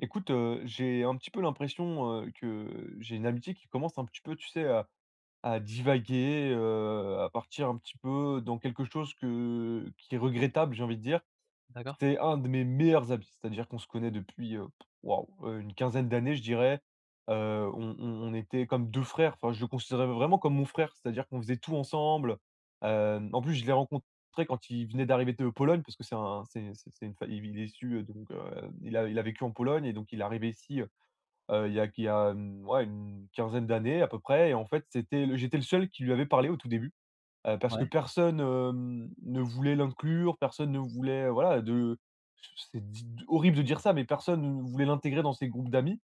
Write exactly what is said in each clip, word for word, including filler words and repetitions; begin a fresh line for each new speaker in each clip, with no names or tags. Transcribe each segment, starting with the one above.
Écoute, heu, j'ai un petit peu l'impression, heu, que j'ai une amitié qui commence un petit peu, tu sais, à à divaguer, heu, à partir un petit peu dans quelque chose que qui est regrettable, j'ai envie de dire.
D'accord.
C'est un de mes meilleurs amis, c'est-à-dire qu'on se connaît depuis, heu, waouh, heu, une quinzaine d'années, je dirais. Heu, on on on était comme deux frères, enfin je le considérais vraiment comme mon frère, c'est-à-dire qu'on faisait tout ensemble. Hem, en plus, je l'ai rencontré quand il venait d'arriver de Pologne parce que c'est un c'est c'est c'est une fa il il est issu, heu, donc heu, il a il a vécu en Pologne et donc il est arrivé ici, heu, il y a il y a, mmh, ouais, une quinzaine d'années à peu près et en fait, c'était le j'étais le seul qui lui avait parlé au tout début. Heu, parce que
Ouais,
personne, hem, ne voulait l'inclure, personne ne voulait, voilà de c'est di horrible de dire ça, mais personne ne voulait l'intégrer dans ses groupes d'amis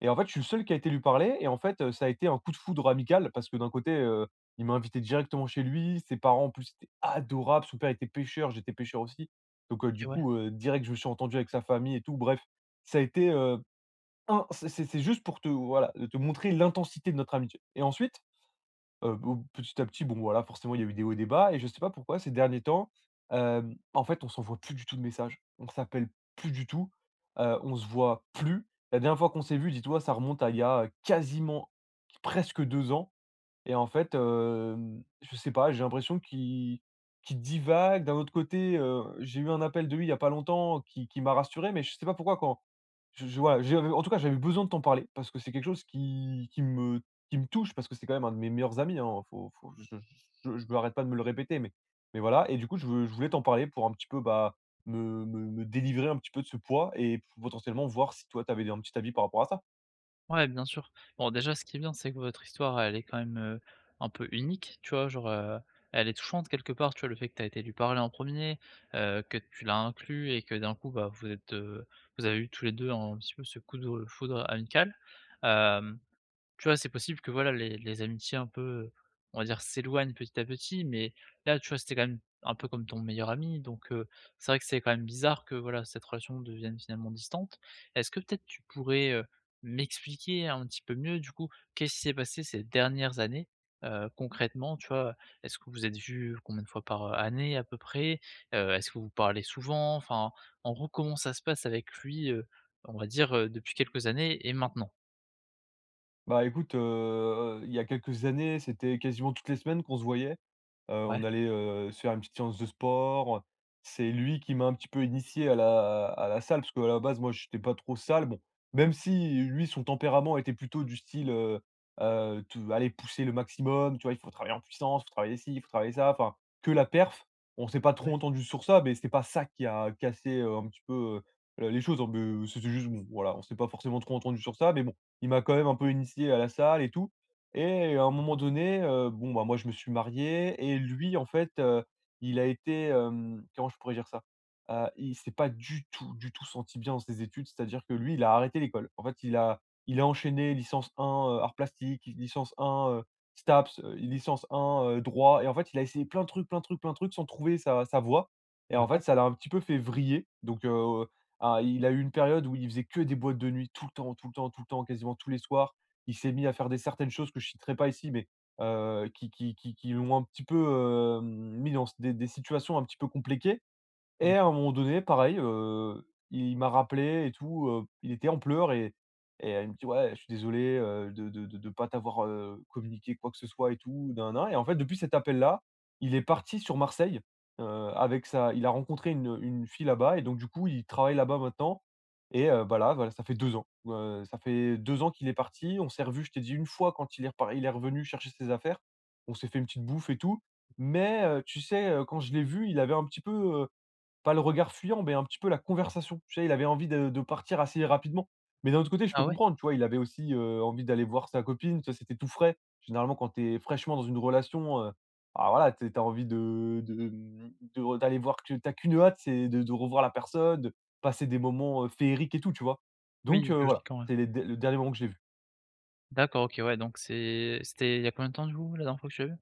et en fait, je suis le seul qui a été lui parler et en fait, heu, ça a été un coup de foudre amical parce que d'un côté, heu, il m'a invité directement chez lui, ses parents en plus étaient adorables, son père était pêcheur, j'étais pêcheur aussi. Donc heu,
OK,
du
ouais.
coup, heu, direct, je me suis entendu avec sa famille et tout. Bref, ça a été, heu, in c'est c'est c'est juste pour te voilà, te montrer l'intensité de notre amitié et ensuite Heu, bon, petit à petit, bon voilà, forcément, il y a eu des hauts et des bas et je sais pas pourquoi ces derniers temps, hem, en fait, on s'envoie plus du tout de messages. On s'appelle plus du tout, heu, on se voit plus. La dernière fois qu'on s'est vu, dis-toi, ça remonte à il y a, quasiment presque deux ans. Et en fait, hem, je sais pas, j'ai l'impression qu'il qu'il divague. D'un autre côté, heu, j'ai eu un appel de lui il y a pas longtemps qui qui m'a rassuré, mais je sais pas pourquoi quand je je voilà, j'avais en tout cas, j'avais besoin de t'en parler parce que c'est quelque chose qui qui me qui me touche parce que c'est quand même un de mes meilleurs amis, hein. Faut faut je je je je m'arrête pas de me le répéter, mais mais voilà et du coup, je veux je voulais t'en parler pour un petit peu, bah, me me me délivrer un petit peu de ce poids et potentiellement voir si toi, tu avais un petit avis par rapport à ça.
Ouais, bien sûr. Bon, déjà, ce qui est bien, c'est que votre histoire, elle est quand même, heu, un peu unique, tu vois? Genre, heu, elle est touchante quelque part, tu vois? Le fait que tu as été lui parler en premier, er que tu l'as inclus et que d'un coup, bah, vous êtes, heu, vous avez eu tous les deux un petit peu ce coup de foudre amical. Hem Tu vois, c'est possible que voilà les les amitiés un peu, heu, on va dire s'éloignent petit à petit, mais là, tu vois, c'était quand même un peu comme ton meilleur ami, donc, heu, c'est vrai que c'est quand même bizarre que voilà cette relation devienne finalement distante. Est-ce que peut-être tu pourrais, heu, m'expliquer un petit peu mieux du coup, qu'est-ce qui s'est passé ces dernières années? Heu, concrètement, tu vois, est-ce que vous êtes vus combien de fois par, année à peu près? Heu, est-ce que vous parlez souvent? Enfin, en gros, comment ça se passe avec lui, heu, on va dire, heu, depuis quelques années et maintenant?
Bah, écoute, heu, il y a quelques années, c'était quasiment toutes les semaines qu'on se voyait. Heu,
Ouais,
on allait, heu, se faire une petite séance de sport. C'est lui qui m'a un petit peu initié à la à la salle, parce qu'à la base, moi, je n'étais pas trop sale. Bon, même si lui, son tempérament était plutôt du style, heu heu, tou aller pousser le maximum, tu vois? Il faut travailler en puissance, il faut travailler ci, il faut travailler ça, enfin, que la perf. On s'est pas trop
ouais.
entendu sur ça, mais c'est pas ça qui a cassé, heu, un petit peu, heu, les choses, hein, mais c'était juste, bon, voilà, on s'est pas forcément trop entendu sur ça, mais bon, il m'a quand même un peu initié à la salle et tout et à un moment donné, heu, bon, bah, moi, je me suis marié et lui, en fait, heu, il a été, hem, comment je pourrais dire ça? Heu, il s'est pas du tout, du tout senti bien dans ses études, c'est-à-dire que lui, il a arrêté l'école. En fait, il a il a enchaîné licence 1, heu, arts plastiques, licence 1, heu, STAPS, heu, licence 1, heu, droit et en fait, il a essayé plein de trucs, plein de trucs, plein de trucs sans trouver sa sa voie et en fait,
D'accord,
ça l'a un petit peu fait vriller donc heu, ah, il a eu une période où il faisait que des boîtes de nuit tout le temps, tout le temps, tout le temps, quasiment tous les soirs il s'est mis à faire des certaines choses que je citerai pas ici, mais heu, qui qui qui qui l'ont un petit peu, hem, mis dans des des situations un petit peu compliquées. Et à
d'accord.
un moment donné, pareil, heu, il m'a rappelé et tout, heu, il était en pleurs et et il me dit: «Ouais, je suis désolé, heu, de de de de pas t'avoir, heu, communiqué quoi que ce soit et tout, nin nin» et en fait, depuis cet appel-là, il est parti sur Marseille, heu, avec sa il a rencontré une une fille là-bas et donc du coup, il travaille là-bas maintenant et heu, bah, là, voilà, ça fait deux ans. Heu, ça fait deux ans qu'il est parti. On s'est revus, je t'ai dit, une fois quand il est repar il est revenu chercher ses affaires. On s'est fait une petite bouffe et tout mais heu, tu sais, heu, quand je l'ai vu, il avait un petit peu, pas le regard fuyant, mais un petit peu la conversation. Tu sais, il avait envie de de partir assez rapidement. Mais d'un autre côté, je
Ah
peux
ouais?
comprendre, tu vois? Il avait aussi, heu, envie d'aller voir sa copine, ça C'était tout frais. Généralement, quand tu es fraîchement dans une relation, heu, ah voilà, tu as envie de de, mmh, de re d'aller voir que t'as qu'une hâte, c'est de de revoir la personne, de passer des moments, heu, féeriques et tout, tu vois? Donc
Oui,
heu, voilà,
logique quand même.
c'est les de le dernier moment que j'ai l'ai vu.
D'accord, OK, ouais, donc c'est c'était il y a combien de temps du coup, la dernière fois que tu l'as vu?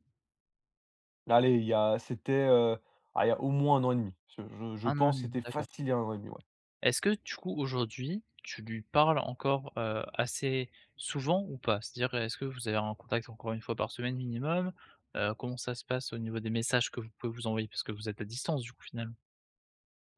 Là, Allez, il y a c'était, heu, ah, il y a au moins un an et demi. Je je je
Un an
pense, que
et un.
c'était
D'accord.
facile il y a un an et demi, ouais.
Est-ce que du coup aujourd'hui, tu lui parles encore, heu, assez souvent ou pas? C'est-à-dire, est-ce que vous avez un contact encore une fois par semaine minimum? Heu, comment ça se passe au niveau des messages que vous pouvez vous envoyer? Parce que vous êtes à distance du coup, finalement?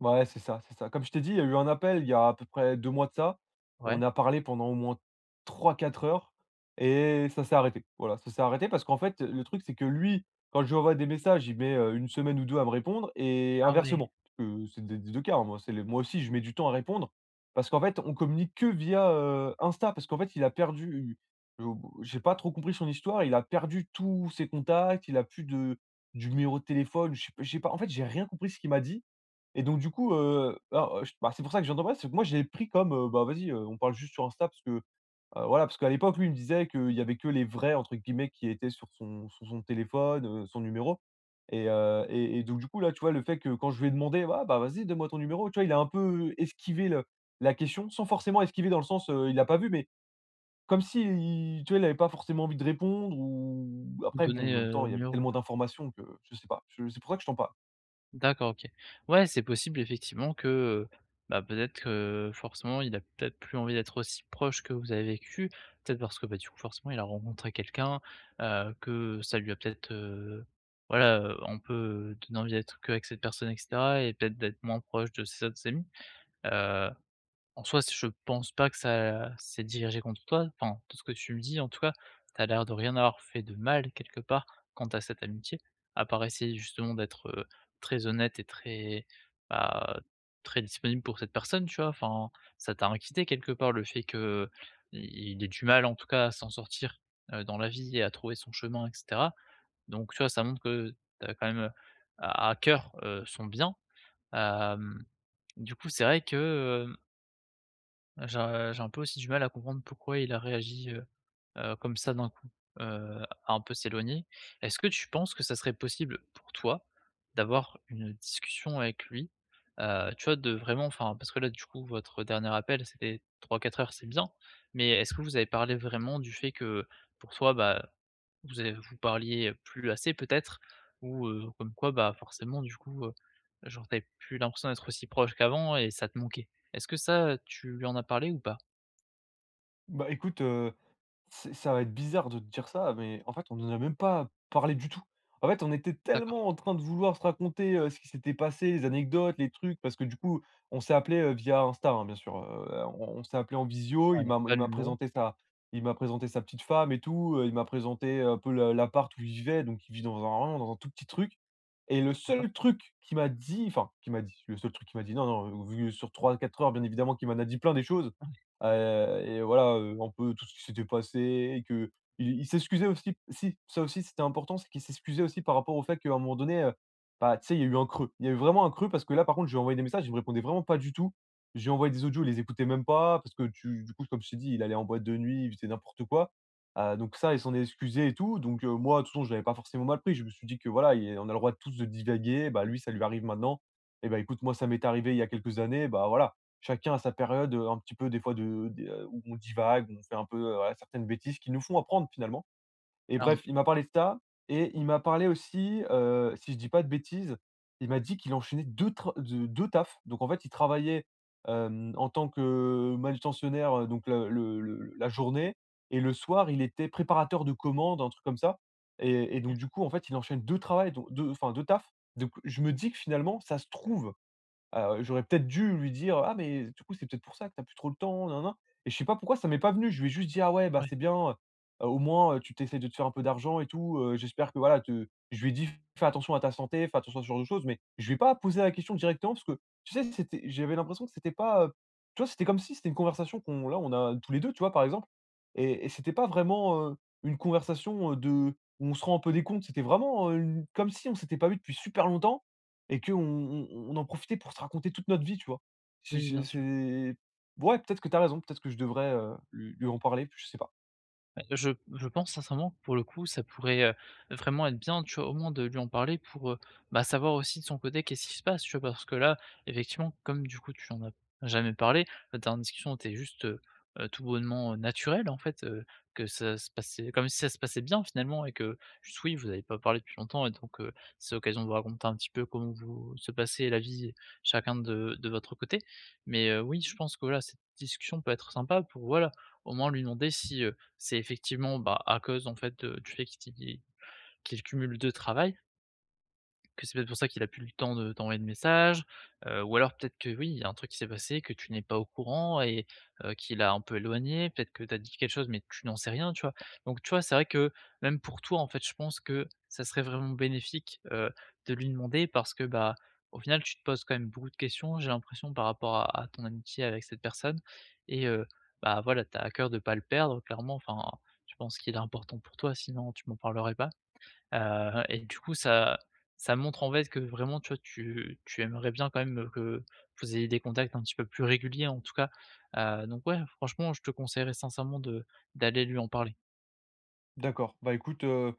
Ouais, c'est ça, c'est ça. Comme je t'ai dit, il y a eu un appel il y a à peu près deux mois de ça.
Ouais.
On a parlé pendant au moins trois quatre heures et ça s'est arrêté. Voilà, ça s'est arrêté parce qu'en fait, le truc, c'est que lui, quand je lui envoie des messages, il met, heu, 1 semaine ou deux à me répondre et
Ah ouais,
inversement. Heu, c'est des des 2 cas, hein, moi, c'est les moi aussi, je mets du temps à répondre parce qu'en fait, on communique que via, heu, Insta parce qu'en fait, il a perdu heu, j'ai pas trop compris son histoire, il a perdu tous ses contacts, il a plus de du numéro de téléphone, je sais p j'ai pas en fait, j'ai rien compris ce qu'il m'a dit et donc du coup, heu, alors, je bah, c'est pour ça que je viens t'en parler, c'est que moi je l'ai pris comme, heu, bah, vas-y, heu, on parle juste sur Insta parce que, heu, voilà, parce qu'à l'époque, lui, il me disait qu'il y avait que les «vrais» entre guillemets qui étaient sur son sur son téléphone, heu, son numéro et heu et et donc du coup, là, tu vois, le fait que quand je lui ai demandé: «Ah bah, vas-y, donne-moi ton numéro», tu vois, il a un peu esquivé le la question sans forcément esquiver dans le sens, heu, il l'a pas vu, mais comme si il tu vois, il avait pas forcément envie de répondre ou après bon, en
donner,
même temps,
heu,
il y avait
mieux.
tellement d'informations que je sais pas, je c'est pour ça que je t'en parle.
D'accord, OK. Ouais, c'est possible effectivement que, heu, bah, peut-être que forcément il a peut-être plus envie d'être aussi proche que vous avez vécu. Peut-être parce que, bah, du coup forcément il a rencontré quelqu'un, heu, que ça lui a peut-être, heu, voilà, heu, on peut donner envie d'être que avec cette personne et cetera et peut-être d'être moins proche de ses autres amis. En soi, je pense pas que ça c'est dirigé contre toi. Enfin, de ce que tu me dis, en tout cas, tu as l'air de rien avoir fait de mal quelque part quant à cette amitié, à part essayer justement d'être, heu, très honnête et très, bah, très disponible pour cette personne, tu vois? Enfin, ça t'a inquiété quelque part le fait que il ait du mal en tout cas à s'en sortir, heu, dans la vie et à trouver son chemin et cetera. Donc tu vois, ça montre que tu as quand même, à à cœur, heu, son bien. Hem, du coup, c'est vrai que, j'ai j'ai un peu aussi du mal à comprendre pourquoi il a réagi, heu heu, comme ça d'un coup, heu, à un peu s'éloigner. Est-ce que tu penses que ça serait possible pour toi d'avoir une discussion avec lui? Heu, tu vois, de vraiment enfin, parce que là, du coup, votre dernier appel, c'était trois quatre heures, c'est bien, mais est-ce que vous avez parlé vraiment du fait que pour toi, bah, vous avez vous parliez plus assez peut-être? Ou, heu, comme quoi, bah, forcément, du coup, heu, genre, tu plus l'impression d'être aussi proche qu'avant et ça te manquait? Est-ce que ça, tu lui en as parlé ou pas?
Bah, écoute, heu C'est ça va être bizarre de te dire ça, mais en fait, on n'en a même pas parlé du tout. En fait, on était
D'accord.
tellement en train de vouloir se raconter, heu, ce qui s'était passé, les anecdotes, les trucs, parce que du coup, on s'est appelé heu, via Insta, hein, bien sûr, heu, on on s'est appelé en visio.
Ah
Il
donc
m'a
pas
il
le
m'a
numéro?
présenté sa il m'a présenté sa petite femme et tout, heu, il m'a présenté un peu le l'appart où il vivait, donc il vit dans un vraiment dans un tout petit truc et le
D'accord.
seul truc qu'il m'a dit, enfin, qu'il m'a dit, le seul truc qu'il m'a dit, non, non, vu sur trois, quatre heures, bien évidemment, qu'il m'en a dit plein des choses.
Ah oui,
Heu et voilà, heu, un peu tout ce qui s'était passé et que il il s'excusait aussi si, ça aussi c'était important, c'est qu'il s'excusait aussi par rapport au fait qu'à un moment donné, heu, bah, tu sais, il y a eu un creux. Il y a eu vraiment un creux parce que là, par contre, je lui ai envoyé des messages, il me répondait vraiment pas du tout. J'ai envoyé des audios, il les écoutait même pas parce que tu du coup, comme je t'ai dit, il allait en boîte de nuit, il faisait n'importe quoi. Heu, donc ça, il s'en est excusé et tout. Donc, heu, moi, de toute façon, je l'avais pas forcément mal pris. Je me suis dit que voilà, il on a le droit de tous de divaguer, bah, lui, ça lui arrive maintenant et bah, écoute, moi, ça m'est arrivé il y a quelques années, bah, voilà. Chacun a sa période, heu, un petit peu des fois de des, heu, où on divague, où on fait un peu, heu, voilà, certaines bêtises qui nous font apprendre finalement et
carrément.
bref, il m'a parlé de ça et il m'a parlé aussi, heu, si je dis pas de bêtises, il m'a dit qu'il enchaînait deux tra de deux tafs. Donc en fait, il travaillait, hem, en tant que manutentionnaire, heu, donc le le le la journée et le soir, il était préparateur de commandes, un truc comme ça et et donc du coup, en fait, il enchaîne deux travails, donc deux enfin deux tafs. Donc je me dis que finalement, ça se trouve. Heu, j'aurais peut-être dû lui dire: «Ah mais du coup, c'est peut-être pour ça que t'as plus trop le temps, nin nin», et je sais pas pourquoi ça m'est pas venu. Je lui ai juste dit: «Ah ouais, bah,
Ouais.
c'est bien, heu, au moins, heu, tu t'essayes de te faire un peu d'argent et tout, heu, j'espère que voilà.» te Je lui ai dit: «Fais attention à ta santé, fais attention à ce genre de choses», mais je vais pas poser la question directement parce que, tu sais, c'était j'avais l'impression que c'était pas, heu, tu vois, c'était comme si c'était une conversation qu'on là, on a tous les deux tu vois, par exemple et et c'était pas vraiment, heu, une conversation, heu, de où on se rend un peu des comptes. C'était vraiment, heu, une comme si on s'était pas vu depuis super longtemps et qu'on on on on en profitait pour se raconter toute notre vie, tu vois? Je
Oui,
je
bien sûr.
c'est ouais, peut-être que tu as raison, peut-être que je devrais, heu, lui lui en parler, je sais pas.
Bah, je je pense sincèrement que pour le coup, ça pourrait, heu, vraiment être bien, tu vois, au moins de lui en parler pour, heu, bah, savoir aussi de son côté qu'est-ce qui se passe, tu vois? Parce que là, effectivement, comme du coup tu en as jamais parlé, la dernière discussion était juste, heu heu, tout bonnement, heu, naturelle en fait, heu, que ça se passait comme si ça se passait bien finalement et que juste oui, vous n'avez pas parlé depuis longtemps et donc heu, c'est l'occasion de vous raconter un petit peu comment vous se passez la vie chacun de de votre côté. Mais heu, oui, je pense que voilà, cette discussion peut être sympa pour voilà, au moins lui demander si, heu c'est effectivement, bah, à cause en fait de du fait qu'il qu'il cumule deux travail. Que c'est peut-être pour ça qu'il a plus le temps de t'envoyer de messages, heu, ou alors peut-être que oui, il y a un truc qui s'est passé que tu n'es pas au courant et heu, qui l'a un peu éloigné. Peut-être que tu as dit quelque chose, mais tu n'en sais rien, tu vois? Donc tu vois, c'est vrai que même pour toi, en fait, je pense que ça serait vraiment bénéfique, heu, de lui demander parce que, bah, au final, tu te poses quand même beaucoup de questions, j'ai l'impression, par rapport à à ton amitié avec cette personne et heu, bah, voilà, tu as à cœur de pas le perdre clairement. Enfin, je pense qu'il est important pour toi, sinon tu m'en parlerais pas. Heu et du coup, ça ça montre en fait que vraiment, tu vois, tu tu aimerais bien quand même, que vous ayez des contacts un petit peu plus réguliers en tout cas. Heu, donc ouais, franchement, je te conseillerais sincèrement de d'aller lui en parler.
D'accord. Bah, écoute, heu,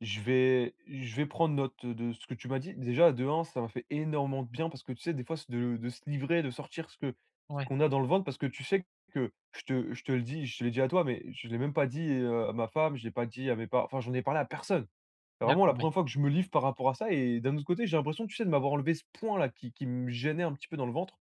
je vais je vais prendre note de ce que tu m'as dit. Déjà, de un, ça m'a fait énormément de bien parce que, tu sais, des fois, c'est de de se livrer, de sortir ce que ce
Ouais,
qu'on a dans le ventre parce que tu sais que je te je te le dis, je te l'ai dit à toi, mais je ne l'ai même pas dit, heu, à ma femme, je ne l'ai pas dit à mes parents, enfin, j'en ai parlé à personne. C'est vraiment
d'accord,
la
oui.
première fois que je me livre par rapport à ça et d'un autre côté, j'ai l'impression, tu sais, de m'avoir enlevé ce point-là qui qui me gênait un petit peu dans le ventre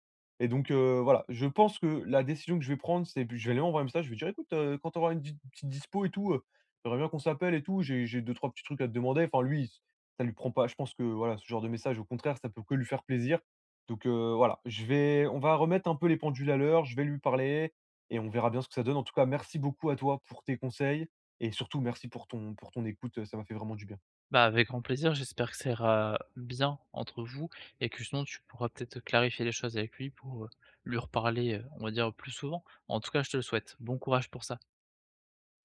et donc heu, voilà, je pense que la décision que je vais prendre, c'est je vais lui envoyer un message, je vais dire: «Écoute, heu, quand tu auras une di petite dispo et tout, heu, j'aimerais bien qu'on s'appelle et tout, j'ai j'ai deux trois petits trucs à te demander.» Enfin lui, ça lui prend pas, je pense que voilà, ce genre de message, au contraire, ça peut que lui faire plaisir donc heu, voilà, je vais on va remettre un peu les pendules à l'heure, je vais lui parler et on verra bien ce que ça donne. En tout cas, merci beaucoup à toi pour tes conseils et surtout merci pour ton pour ton écoute, ça m'a fait vraiment du bien.
Bah, avec grand plaisir, j'espère que ça ira bien entre vous et que sinon tu pourras peut-être clarifier les choses avec lui pour, heu, lui reparler, heu, on va dire plus souvent. En tout cas, je te le souhaite. Bon courage pour ça.